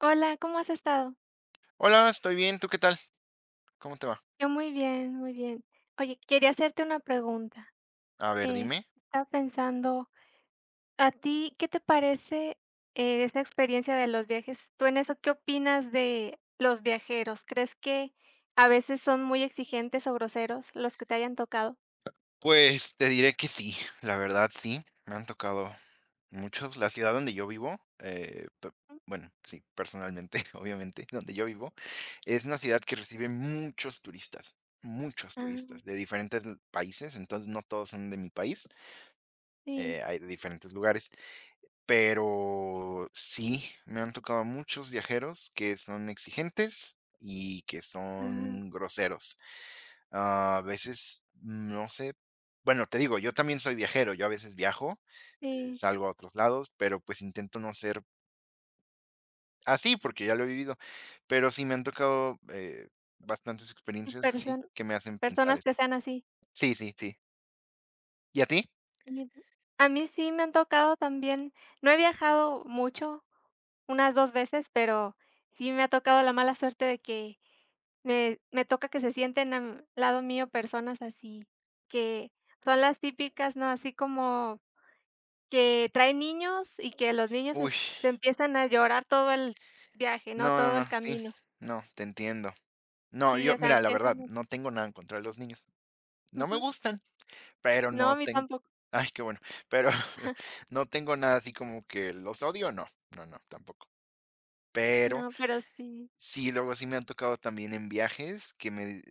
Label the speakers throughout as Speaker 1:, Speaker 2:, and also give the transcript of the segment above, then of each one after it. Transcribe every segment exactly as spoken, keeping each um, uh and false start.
Speaker 1: Hola, ¿cómo has estado?
Speaker 2: Hola, estoy bien, ¿tú qué tal? ¿Cómo te va?
Speaker 1: Yo muy bien, muy bien. Oye, quería hacerte una pregunta.
Speaker 2: A ver,
Speaker 1: Eh,
Speaker 2: dime.
Speaker 1: Estaba pensando, ¿a ti qué te parece eh, esa experiencia de los viajes? ¿Tú en eso qué opinas de los viajeros? ¿Crees que a veces son muy exigentes o groseros los que te hayan tocado?
Speaker 2: Pues te diré que sí, la verdad sí, me han tocado muchos. La ciudad donde yo vivo, eh, pe- bueno, sí, personalmente, obviamente, donde yo vivo, es una ciudad que recibe muchos turistas, muchos
Speaker 1: Ah,
Speaker 2: turistas de diferentes l- países, entonces no todos son de mi país,
Speaker 1: sí,
Speaker 2: eh, hay de diferentes lugares. Pero sí, me han tocado muchos viajeros que son exigentes y que
Speaker 1: ah,
Speaker 2: son groseros. Ah, a veces, no sé, bueno, te digo, yo también soy viajero, yo a veces viajo, eh,
Speaker 1: sí.
Speaker 2: salgo a otros lados, pero pues intento no ser así porque ya lo he vivido, pero sí me han tocado, eh, bastantes
Speaker 1: Y
Speaker 2: experiencias así
Speaker 1: perso-
Speaker 2: que me hacen pensar
Speaker 1: Personas
Speaker 2: eso.
Speaker 1: que sean así.
Speaker 2: Sí, sí, sí. ¿Y a ti?
Speaker 1: Y a mí sí me han tocado también, no he viajado mucho, unas dos veces, pero sí me ha tocado la mala suerte de que me me toca que se sienten al lado mío personas así, que son las típicas, ¿no? Así como que traen niños y que los niños es
Speaker 2: Uy,
Speaker 1: se empiezan a llorar todo el viaje, ¿no?
Speaker 2: no, no,
Speaker 1: Todo
Speaker 2: no,
Speaker 1: el
Speaker 2: sí,
Speaker 1: camino.
Speaker 2: no, te entiendo. No,
Speaker 1: Sí,
Speaker 2: yo,
Speaker 1: o sea,
Speaker 2: mira, la verdad,
Speaker 1: empiezan
Speaker 2: no
Speaker 1: así.
Speaker 2: tengo nada en contra de los niños. No me
Speaker 1: Ujú.
Speaker 2: gustan, pero
Speaker 1: No,
Speaker 2: no
Speaker 1: a mí
Speaker 2: ten
Speaker 1: tampoco.
Speaker 2: ay, qué bueno, pero no tengo nada así como que los odio, no, no, no, tampoco. Pero
Speaker 1: No, pero sí,
Speaker 2: sí, luego sí me han tocado también en viajes que me, eh,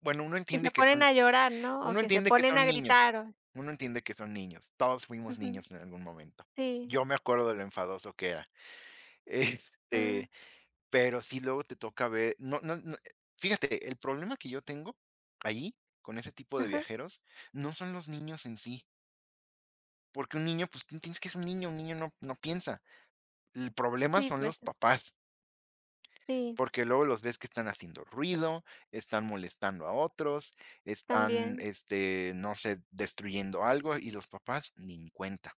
Speaker 2: bueno, uno
Speaker 1: que se
Speaker 2: entiende que
Speaker 1: ponen
Speaker 2: son
Speaker 1: a llorar, ¿no? O
Speaker 2: uno
Speaker 1: que se
Speaker 2: entiende que
Speaker 1: ponen a
Speaker 2: son niños,
Speaker 1: gritar o
Speaker 2: uno entiende que son niños, todos fuimos
Speaker 1: ujú,
Speaker 2: niños en algún momento.
Speaker 1: sí.
Speaker 2: Yo me acuerdo de lo enfadoso que era,
Speaker 1: Ah,
Speaker 2: este, pero sí luego te toca ver no, no, no, eh, fíjate, el problema que yo tengo ahí, con ese tipo de
Speaker 1: ajá.
Speaker 2: viajeros, no son los niños en sí, porque un niño, pues, tú entiendes que es un niño, un niño no no piensa. El problema
Speaker 1: Sí,
Speaker 2: son
Speaker 1: pues,
Speaker 2: los papás,
Speaker 1: sí,
Speaker 2: porque luego los ves que están haciendo ruido, están molestando a otros, están,
Speaker 1: también.
Speaker 2: este, no sé, destruyendo algo, y los papás ni en cuenta.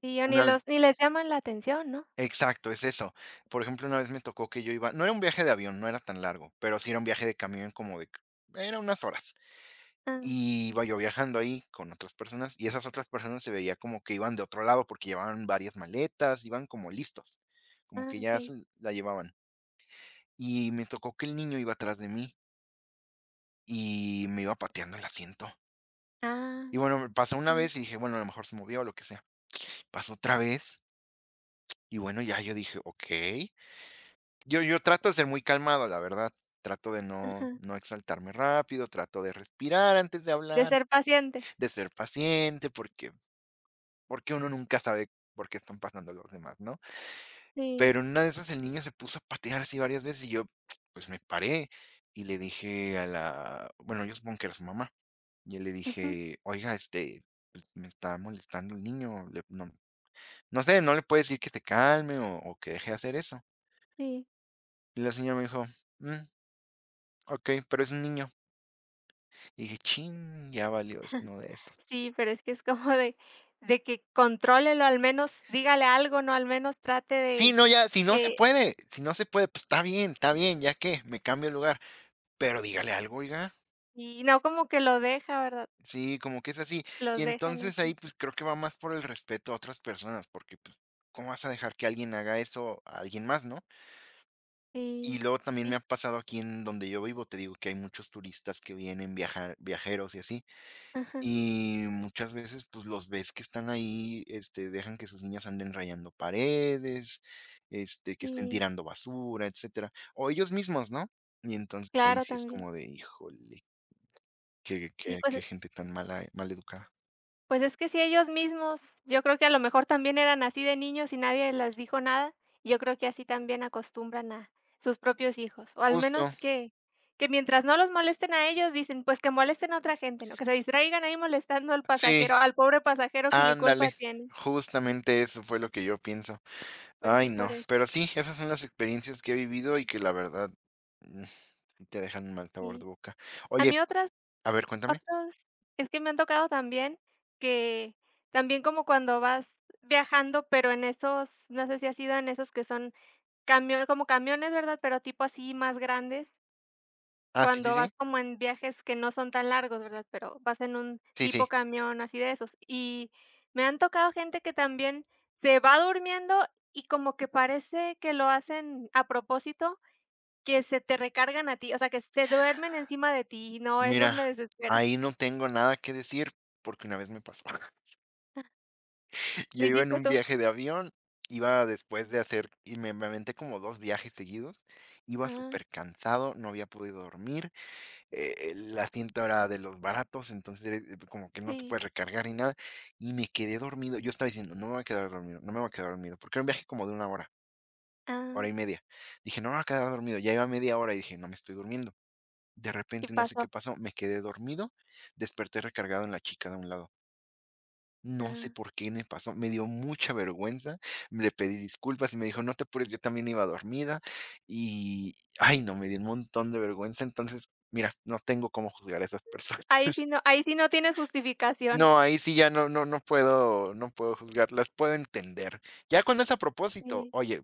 Speaker 1: Sí, o ni
Speaker 2: Una
Speaker 1: los ni les llaman la atención, ¿no?
Speaker 2: Exacto, es eso. Por ejemplo, una vez me tocó que yo iba, no era un viaje de avión, no era tan largo, pero sí era un viaje de camión como de era unas horas.
Speaker 1: Ah,
Speaker 2: Y iba yo viajando ahí con otras personas, y esas otras personas se veía como que iban de otro lado, porque llevaban varias maletas, iban como listos, como
Speaker 1: ah,
Speaker 2: que ya
Speaker 1: okey.
Speaker 2: se la llevaban. Y me tocó que el niño iba atrás de mí y me iba pateando el asiento.
Speaker 1: Ah,
Speaker 2: Y bueno, me pasó una
Speaker 1: no,
Speaker 2: vez y dije: "Bueno, a lo mejor se movió o lo que sea". Pasó otra vez y bueno, ya yo dije: "Okey". Yo yo trato de ser muy calmado, la verdad. Trato de
Speaker 1: ajá.
Speaker 2: no no exaltarme rápido, trato de respirar antes de
Speaker 1: De
Speaker 2: hablar,
Speaker 1: ser paciente.
Speaker 2: de ser paciente, porque porque uno nunca sabe por qué están pasando los demás, ¿no?
Speaker 1: Sí,
Speaker 2: Pero en una de esas el niño se puso a patear así varias veces y yo, pues, me paré y le dije a la bueno, yo supongo que era su mamá. Y le
Speaker 1: ujú,
Speaker 2: dije: "Oiga, este, pues, me está molestando el niño, le no no sé, ¿no le puedes decir que te calme o o que deje de hacer eso?".
Speaker 1: sí.
Speaker 2: Y la señora me dijo: "Mm, okey, pero es un niño". Y dije: "Chin, ya valió, es uno de esos".
Speaker 1: Sí, pero es que es como de de que contrólelo, al menos dígale algo, ¿no? Al menos trate
Speaker 2: Sí,
Speaker 1: de
Speaker 2: no, ya, si no se
Speaker 1: que
Speaker 2: puede, si no se puede, pues está bien, está bien, ya que me cambio de lugar, pero dígale algo, oiga.
Speaker 1: y no como que lo deja, ¿verdad?
Speaker 2: Sí, como que es así.
Speaker 1: Los
Speaker 2: Y
Speaker 1: dejan
Speaker 2: entonces
Speaker 1: así.
Speaker 2: ahí, pues, creo que va más por el respeto a otras personas, porque, pues, ¿cómo vas a dejar que alguien haga eso a alguien más, no? Y
Speaker 1: Sí,
Speaker 2: luego también me
Speaker 1: sí,
Speaker 2: ha pasado aquí en donde yo vivo, te digo que hay muchos turistas que vienen, viajar viajeros y así.
Speaker 1: ajá,
Speaker 2: Y muchas veces, pues, los ves que están ahí, este, dejan que sus niñas anden rayando paredes, este, que estén
Speaker 1: sí,
Speaker 2: tirando basura, etcétera, o ellos mismos, ¿no? Y entonces ahí
Speaker 1: claro,
Speaker 2: sí es
Speaker 1: también.
Speaker 2: como de, híjole, qué
Speaker 1: Sí,
Speaker 2: qué qué
Speaker 1: pues
Speaker 2: gente tan mala mal educada.
Speaker 1: pues es que si ellos mismos, yo creo que a lo mejor también eran así de niños y nadie les dijo nada, yo creo que así también acostumbran a sus propios hijos, o al
Speaker 2: Justo,
Speaker 1: menos que que mientras no los molesten a ellos, dicen: "Pues que molesten a otra gente", ¿no? Que se distraigan ahí molestando al
Speaker 2: sí,
Speaker 1: pasajero, al pobre pasajero que ni culpa
Speaker 2: ándale,
Speaker 1: tiene.
Speaker 2: justamente eso fue lo que yo pienso.
Speaker 1: Pues
Speaker 2: Ay,
Speaker 1: sí,
Speaker 2: no,
Speaker 1: por eso.
Speaker 2: pero sí, esas son las experiencias que he vivido y que la verdad, mm, sí te dejan un mal sabor de
Speaker 1: Sí.
Speaker 2: boca.
Speaker 1: A
Speaker 2: Oye,
Speaker 1: mí otras
Speaker 2: a ver, cuéntame.
Speaker 1: otros es que me han tocado también que también como cuando vas viajando, pero en esos, no sé si has ido en esos que son camión como camiones, ¿verdad? Pero tipo así más grandes,
Speaker 2: Ah, sí, sí,
Speaker 1: cuando vas
Speaker 2: sí.
Speaker 1: como en viajes que no son tan largos, ¿verdad? Pero vas en un
Speaker 2: Sí,
Speaker 1: tipo
Speaker 2: sí.
Speaker 1: camión así de esos. Y me han tocado gente que también se va durmiendo y como que parece que lo hacen a propósito, que se te recargan a ti, o sea, que se duermen encima de ti, y no, esos
Speaker 2: Mira,
Speaker 1: me desesperan.
Speaker 2: ahí no tengo nada que decir, porque una vez me pasó.
Speaker 1: ¿Lo
Speaker 2: Yo iba en
Speaker 1: hiciste
Speaker 2: un
Speaker 1: tú?
Speaker 2: viaje de avión, iba después de hacer y me me aventé como dos viajes seguidos, iba
Speaker 1: Ah,
Speaker 2: súper cansado, no había podido dormir, eh, el asiento era de los baratos, entonces, eh, como que no te
Speaker 1: sí,
Speaker 2: puedes recargar ni nada, y me quedé dormido. Yo estaba diciendo: "No me voy a quedar dormido, no me voy a quedar dormido", porque era un viaje como de una hora,
Speaker 1: ah,
Speaker 2: hora y media. Dije: "No me voy a quedar dormido". Ya iba media hora y dije: "No me estoy durmiendo". De
Speaker 1: y
Speaker 2: repente, no sé qué
Speaker 1: pasó.
Speaker 2: pasó, me quedé dormido, desperté recargado en la chica de un lado. No sé
Speaker 1: Ah,
Speaker 2: por qué me pasó, me dio mucha vergüenza, le pedí disculpas y me dijo: "No te apures, yo también iba dormida", y, ay, no, me dio un montón de vergüenza. Entonces, mira, no tengo cómo juzgar a esas personas.
Speaker 1: ahí sí no ahí sí no tienes justificación.
Speaker 2: No, ahí sí ya no no no puedo no puedo juzgarlas, puedo entender. Ya cuando es a propósito,
Speaker 1: Sí.
Speaker 2: oye,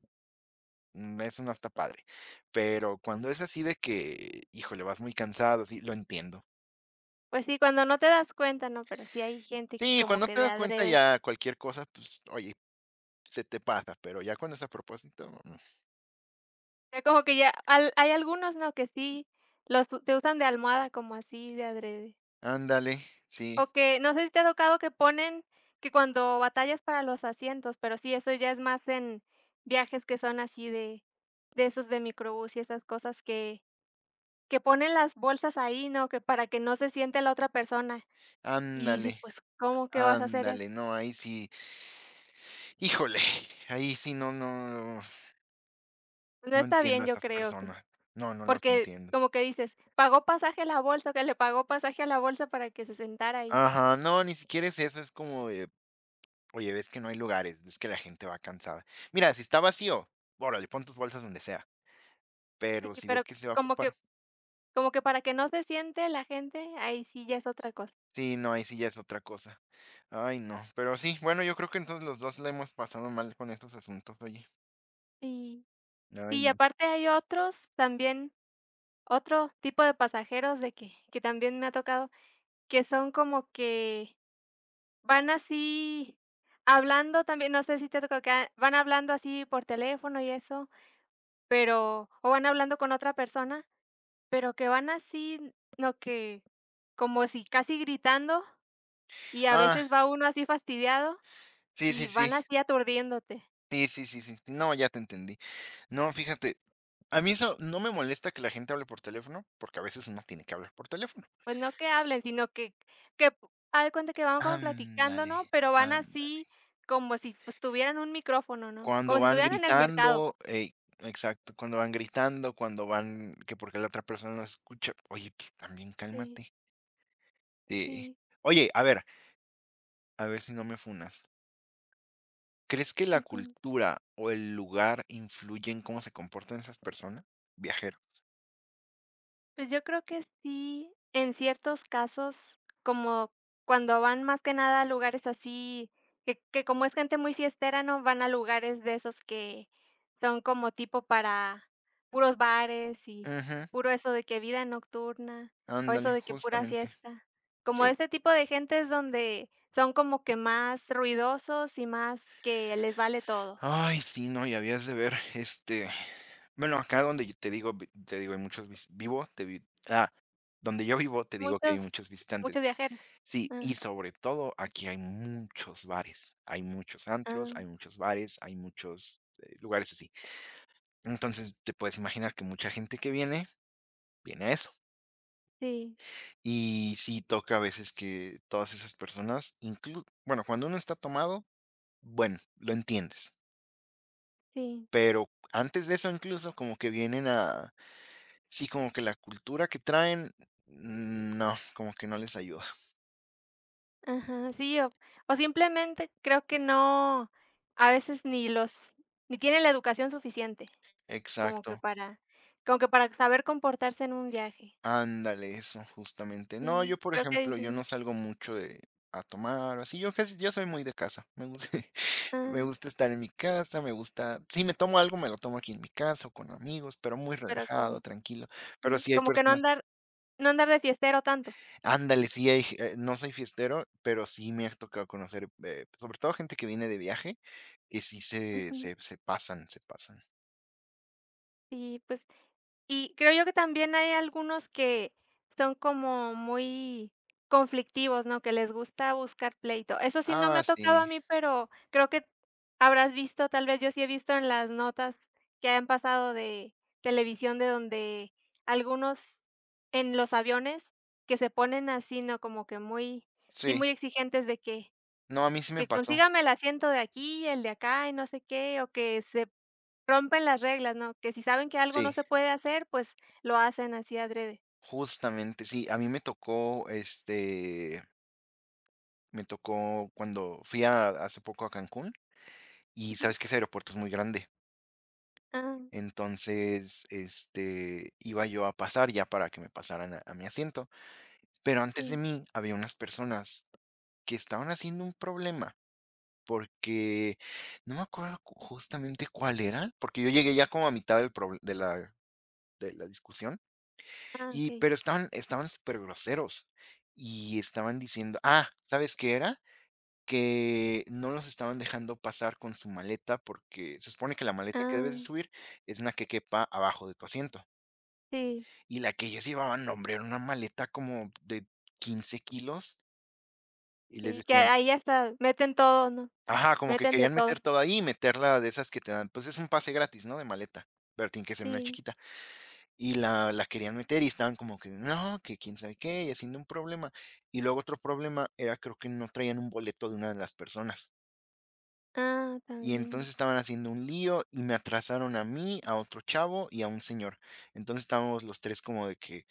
Speaker 2: mm, eso no está padre, pero cuando es así de que, híjole, vas muy cansado, sí, lo entiendo.
Speaker 1: Pues sí, cuando no te das cuenta, ¿no? Pero sí hay gente que
Speaker 2: Sí,
Speaker 1: como
Speaker 2: cuando
Speaker 1: que
Speaker 2: te
Speaker 1: de
Speaker 2: das cuenta
Speaker 1: adrede,
Speaker 2: ya cualquier cosa, pues, oye, se te pasa, pero ya cuando es a propósito, mm,
Speaker 1: ya como que ya al hay algunos, ¿no? Que sí los u- te usan de almohada como así de adrede.
Speaker 2: ándale, sí,
Speaker 1: O que no sé si te ha tocado que ponen que cuando batallas para los asientos, pero sí, eso ya es más en viajes que son así de de esos de microbús y esas cosas que que ponen las bolsas ahí, ¿no? Que para que no se siente la otra persona, y dices:
Speaker 2: ándale,
Speaker 1: "Pues, ¿cómo que vas a hacer eso?".
Speaker 2: ándale, no, ahí sí, híjole, ahí sí no, no,
Speaker 1: No
Speaker 2: no
Speaker 1: está
Speaker 2: entiendo
Speaker 1: bien,
Speaker 2: a
Speaker 1: yo
Speaker 2: estas
Speaker 1: creo que
Speaker 2: personas, no, no los
Speaker 1: porque
Speaker 2: entiendo.
Speaker 1: como que dices: "Pagó pasaje la bolsa, que le pagó pasaje a la bolsa para que se sentara ahí".
Speaker 2: Ajá, no, ni siquiera es eso, es como de, oye, ves que no hay lugares, ves que la gente va cansada. Mira, si está vacío, órale, pon tus bolsas donde sea,
Speaker 1: Sí,
Speaker 2: pero si
Speaker 1: pero
Speaker 2: ves que se va a
Speaker 1: como que
Speaker 2: ocupar.
Speaker 1: como que para que no se siente la gente, ahí sí ya es otra cosa.
Speaker 2: Sí, no, ahí sí ya es otra cosa. Ay, no. Pero sí, bueno, yo creo que entonces los dos la hemos pasado mal con estos asuntos, oye.
Speaker 1: Sí.
Speaker 2: Ay,
Speaker 1: Sí, y
Speaker 2: no.
Speaker 1: aparte hay otros también, otro tipo de pasajeros de que que también me ha tocado, que son como que van así hablando también, no sé si te ha tocado que a- van hablando así por teléfono y eso, pero o van hablando con otra persona. Pero que van así, no que como si casi gritando, y a
Speaker 2: Ah,
Speaker 1: veces va uno así fastidiado,
Speaker 2: sí,
Speaker 1: y
Speaker 2: sí,
Speaker 1: van
Speaker 2: sí.
Speaker 1: así aturdiéndote.
Speaker 2: Sí, sí, sí, sí, sí, no, ya te entendí. No, fíjate, a mí eso no me molesta que la gente hable por teléfono, porque a veces uno tiene que hablar por teléfono.
Speaker 1: Pues no que hablen, sino que que p- haz de cuenta que van como platicando, ¿no?
Speaker 2: Ándale,
Speaker 1: Pero van
Speaker 2: ándale.
Speaker 1: así como si, pues, tuvieran un micrófono, ¿no? Como
Speaker 2: Cuando
Speaker 1: si
Speaker 2: van
Speaker 1: estuvieran en el mercado.
Speaker 2: gritando, ey, exacto, cuando van gritando, cuando van que porque la otra persona no escucha. Oye, pues, también
Speaker 1: Sí,
Speaker 2: cálmate. Sí.
Speaker 1: sí.
Speaker 2: Oye, a ver, a ver si no me funas. ¿Crees que la cultura o el lugar influye en cómo se comportan esas personas? Viajero.
Speaker 1: Pues yo creo que sí, en ciertos casos, como cuando van más que nada a lugares así, que que como es gente muy fiestera, ¿no? Van a lugares de esos que son como tipo para puros bares y
Speaker 2: Ujú,
Speaker 1: puro eso de que vida nocturna o eso
Speaker 2: ándale,
Speaker 1: de que pura
Speaker 2: justamente.
Speaker 1: fiesta. Como
Speaker 2: Sí.
Speaker 1: ese tipo de gente es donde son como que más ruidosos y más que les vale todo.
Speaker 2: Ay, sí, no, y habías de ver, este, bueno, acá donde yo te digo, vi- te digo, hay muchos vis- vivo, te vi- ah, donde yo vivo, te digo que hay
Speaker 1: Muchos
Speaker 2: muchos
Speaker 1: muchos
Speaker 2: visitantes.
Speaker 1: viajeros.
Speaker 2: Sí,
Speaker 1: Ah,
Speaker 2: y sobre todo aquí hay muchos bares, hay muchos antros,
Speaker 1: ah,
Speaker 2: hay muchos bares, hay muchos eh, lugares así. Entonces te puedes imaginar que mucha gente que viene, viene a eso.
Speaker 1: sí,
Speaker 2: Y sí toca a veces que todas esas personas, inclu bueno, cuando uno está tomado, bueno, lo entiendes,
Speaker 1: sí.
Speaker 2: pero antes de eso incluso como que vienen a sí, como que la cultura que traen, mm, no, como que no les ayuda.
Speaker 1: Ajá, sí, o o simplemente creo que no, a veces ni los ni tienen la educación suficiente, como que
Speaker 2: Exacto.
Speaker 1: para como que para saber comportarse en un viaje.
Speaker 2: Ándale, eso, justamente. No,
Speaker 1: Sí,
Speaker 2: yo, por
Speaker 1: creo que
Speaker 2: ejemplo,
Speaker 1: dicen,
Speaker 2: yo
Speaker 1: no,
Speaker 2: no salgo mucho de a tomar o así. Yo casi yo soy muy de casa. Me gusta
Speaker 1: ah,
Speaker 2: Me gusta estar en mi casa, me gusta si me tomo algo, me lo tomo aquí en mi casa o con amigos, pero muy
Speaker 1: pero
Speaker 2: relajado,
Speaker 1: como
Speaker 2: tranquilo. Pero
Speaker 1: sí,
Speaker 2: sí hay
Speaker 1: como que no
Speaker 2: personas
Speaker 1: andar no andar de fiestero tanto.
Speaker 2: ándale, sí hay g eh, no soy fiestero, pero sí me ha tocado conocer, eh, sobre todo gente que viene de viaje, que sí se
Speaker 1: Ujú.
Speaker 2: se se pasan, se pasan.
Speaker 1: Sí, pues y creo yo que también hay algunos que son como muy conflictivos, ¿no? Que les gusta buscar pleito. Eso sí no me ha
Speaker 2: Ah, sí,
Speaker 1: tocado a mí, pero creo que habrás visto, tal vez yo sí he visto en las notas que han pasado de televisión de donde algunos en los aviones que se ponen así, ¿no? Como que muy, sí,
Speaker 2: sí.
Speaker 1: muy exigentes de que
Speaker 2: No, a mí sí me
Speaker 1: que
Speaker 2: pasó.
Speaker 1: consígame el asiento de aquí, el de acá y no sé qué, o que se rompen las reglas, ¿no? Que si saben que algo no
Speaker 2: Sí.
Speaker 1: se puede hacer, pues, lo hacen así adrede.
Speaker 2: Justamente, sí, a mí me tocó, este, me tocó cuando fui a hace poco a Cancún y
Speaker 1: Ujú.
Speaker 2: sabes que ese aeropuerto es muy grande.
Speaker 1: Ah,
Speaker 2: Entonces, este, iba yo a pasar ya para que me pasaran a, a mi asiento, pero antes de
Speaker 1: sí.
Speaker 2: mí había unas personas que estaban haciendo un problema porque no me acuerdo cu- justamente cuál era, porque yo llegué ya como a mitad del proble- de la, de la discusión.
Speaker 1: Ah,
Speaker 2: Y
Speaker 1: okey.
Speaker 2: pero estaban estaban súper groseros y estaban diciendo, ah, ¿sabes qué era? Que no los estaban dejando pasar con su maleta, porque se supone que la maleta que
Speaker 1: Ah,
Speaker 2: debes de subir es una que quepa abajo de tu asiento.
Speaker 1: sí,
Speaker 2: Y la que ellos llevaban, no hombre, era una maleta como de quince kilos, y les
Speaker 1: sí, que
Speaker 2: decían
Speaker 1: ahí hasta meten todo, ¿no?
Speaker 2: ajá, como que
Speaker 1: Meten de
Speaker 2: querían
Speaker 1: todo.
Speaker 2: meter todo ahí, y meterla de esas que te dan, pues, es un pase gratis, ¿no?, de maleta, pero tiene que ser una
Speaker 1: Sí.
Speaker 2: chiquita. Y la la querían meter y estaban como que no, que quién sabe qué, y haciendo un problema. Y luego otro problema era, creo que no traían un boleto de una de las personas.
Speaker 1: Ah,
Speaker 2: Y
Speaker 1: también.
Speaker 2: entonces estaban haciendo un lío y me atrasaron a mí, a otro chavo y a un señor. Entonces estábamos los tres como de que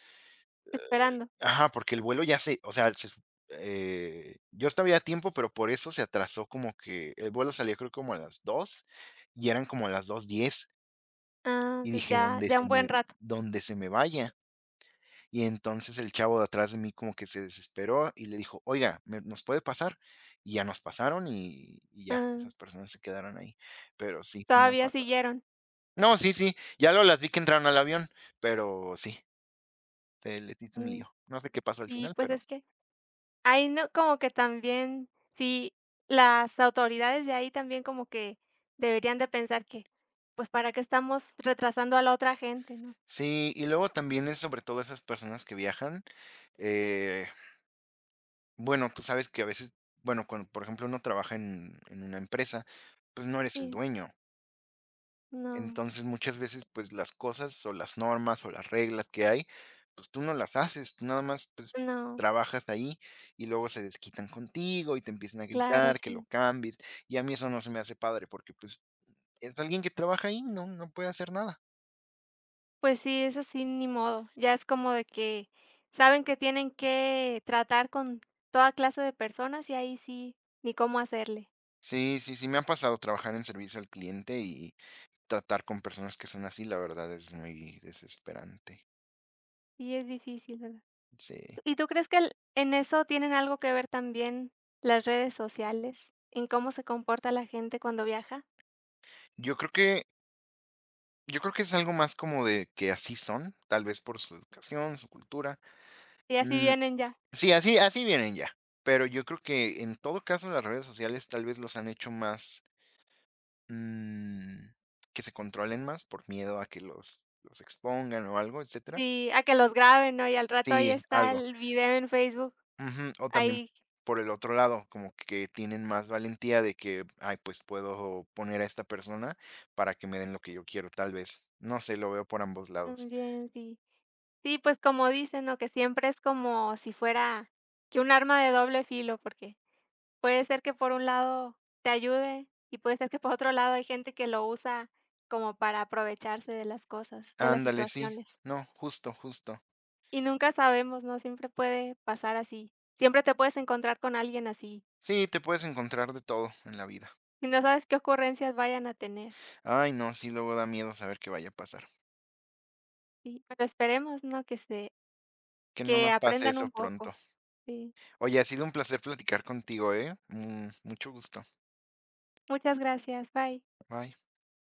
Speaker 1: Esperando.
Speaker 2: ajá, porque el vuelo ya se o sea, se sup eh, yo estaba ya a tiempo, pero por eso se atrasó como que el vuelo salía creo como a las dos y eran como a las dos diez
Speaker 1: Ah,
Speaker 2: y
Speaker 1: pues
Speaker 2: dije:
Speaker 1: ya
Speaker 2: "Donde
Speaker 1: ya
Speaker 2: se
Speaker 1: un buen
Speaker 2: me
Speaker 1: rato.
Speaker 2: donde se me vaya". Y entonces el chavo de atrás de mí como que se desesperó y le dijo, oiga, ¿me- ¿nos puede pasar? Y ya nos pasaron y, y ya,
Speaker 1: Ah,
Speaker 2: esas personas se quedaron ahí. Pero sí, sí me han
Speaker 1: todavía
Speaker 2: pasado.
Speaker 1: siguieron.
Speaker 2: No, sí, sí, ya lo las vi que entraron al avión, pero sí, te les hice un
Speaker 1: Mm,
Speaker 2: lío. No sé qué pasó al
Speaker 1: sí,
Speaker 2: final,
Speaker 1: pues
Speaker 2: pero
Speaker 1: es que ahí no como que también, sí, las autoridades de ahí también como que deberían de pensar que, pues, ¿para qué estamos retrasando a la otra gente, no?
Speaker 2: sí. Y luego también es sobre todo esas personas que viajan. eh, bueno, tú sabes que a veces, bueno, cuando por ejemplo uno trabaja en en una empresa, pues no eres el
Speaker 1: Sí,
Speaker 2: dueño.
Speaker 1: no,
Speaker 2: Entonces, muchas veces, pues, las cosas, o las normas, o las reglas que hay, pues, tú no las haces, tú nada más, pues,
Speaker 1: no,
Speaker 2: trabajas ahí, y luego se desquitan contigo, y te empiezan a
Speaker 1: claro,
Speaker 2: gritar que lo
Speaker 1: sí.
Speaker 2: cambies, y a mí eso no se me hace padre, porque, pues, es alguien que trabaja ahí, no no puede hacer nada.
Speaker 1: Pues sí, eso sí, ni modo. Ya es como de que saben que tienen que tratar con toda clase de personas y ahí sí, ni cómo hacerle.
Speaker 2: Sí, sí, sí, me ha pasado trabajar en servicio al cliente, y tratar con personas que son así, la verdad es muy desesperante.
Speaker 1: Sí, es difícil, ¿verdad?
Speaker 2: Sí.
Speaker 1: ¿Y tú crees que el- en eso tienen algo que ver también las redes sociales, en cómo se comporta la gente cuando viaja?
Speaker 2: Yo creo que yo creo que es algo más como de que así son, tal vez por su educación, su cultura.
Speaker 1: Y así
Speaker 2: Mm.
Speaker 1: vienen ya,
Speaker 2: Sí, así así vienen ya. Pero yo creo que en todo caso las redes sociales tal vez los han hecho más, mm, que se controlen más por miedo a que los los expongan o algo, etcétera.
Speaker 1: sí, a que los graben, ¿no? Y al rato ahí
Speaker 2: Sí,
Speaker 1: está
Speaker 2: algo.
Speaker 1: el video en Facebook,
Speaker 2: Ujú, o también
Speaker 1: ahí
Speaker 2: por el otro lado, como que tienen más valentía de que: "Ay, pues puedo poner a esta persona para que me den lo que yo quiero", tal vez. No sé, lo veo por ambos lados.
Speaker 1: también, sí. Sí, pues, como dicen, ¿no? Que siempre es como si fuera que un arma de doble filo, porque puede ser que por un lado te ayude y puede ser que por otro lado hay gente que lo usa como para aprovecharse de las cosas, de las
Speaker 2: Ándale, sí.
Speaker 1: situaciones.
Speaker 2: No, justo, justo.
Speaker 1: Y nunca sabemos, ¿no? Siempre puede pasar así. Siempre te puedes encontrar con alguien así
Speaker 2: Sí, te puedes encontrar de todo en la vida.
Speaker 1: y no sabes qué ocurrencias vayan a tener.
Speaker 2: Ay, no, sí, luego da miedo saber qué vaya a pasar.
Speaker 1: Sí, pero esperemos, ¿no? Que se
Speaker 2: Que no
Speaker 1: que
Speaker 2: nos pase
Speaker 1: aprendan
Speaker 2: eso
Speaker 1: un
Speaker 2: pronto.
Speaker 1: poco. Sí.
Speaker 2: Oye, ha sido un placer platicar contigo, ¿eh? Mm, mucho gusto.
Speaker 1: Muchas gracias. Bye.
Speaker 2: Bye.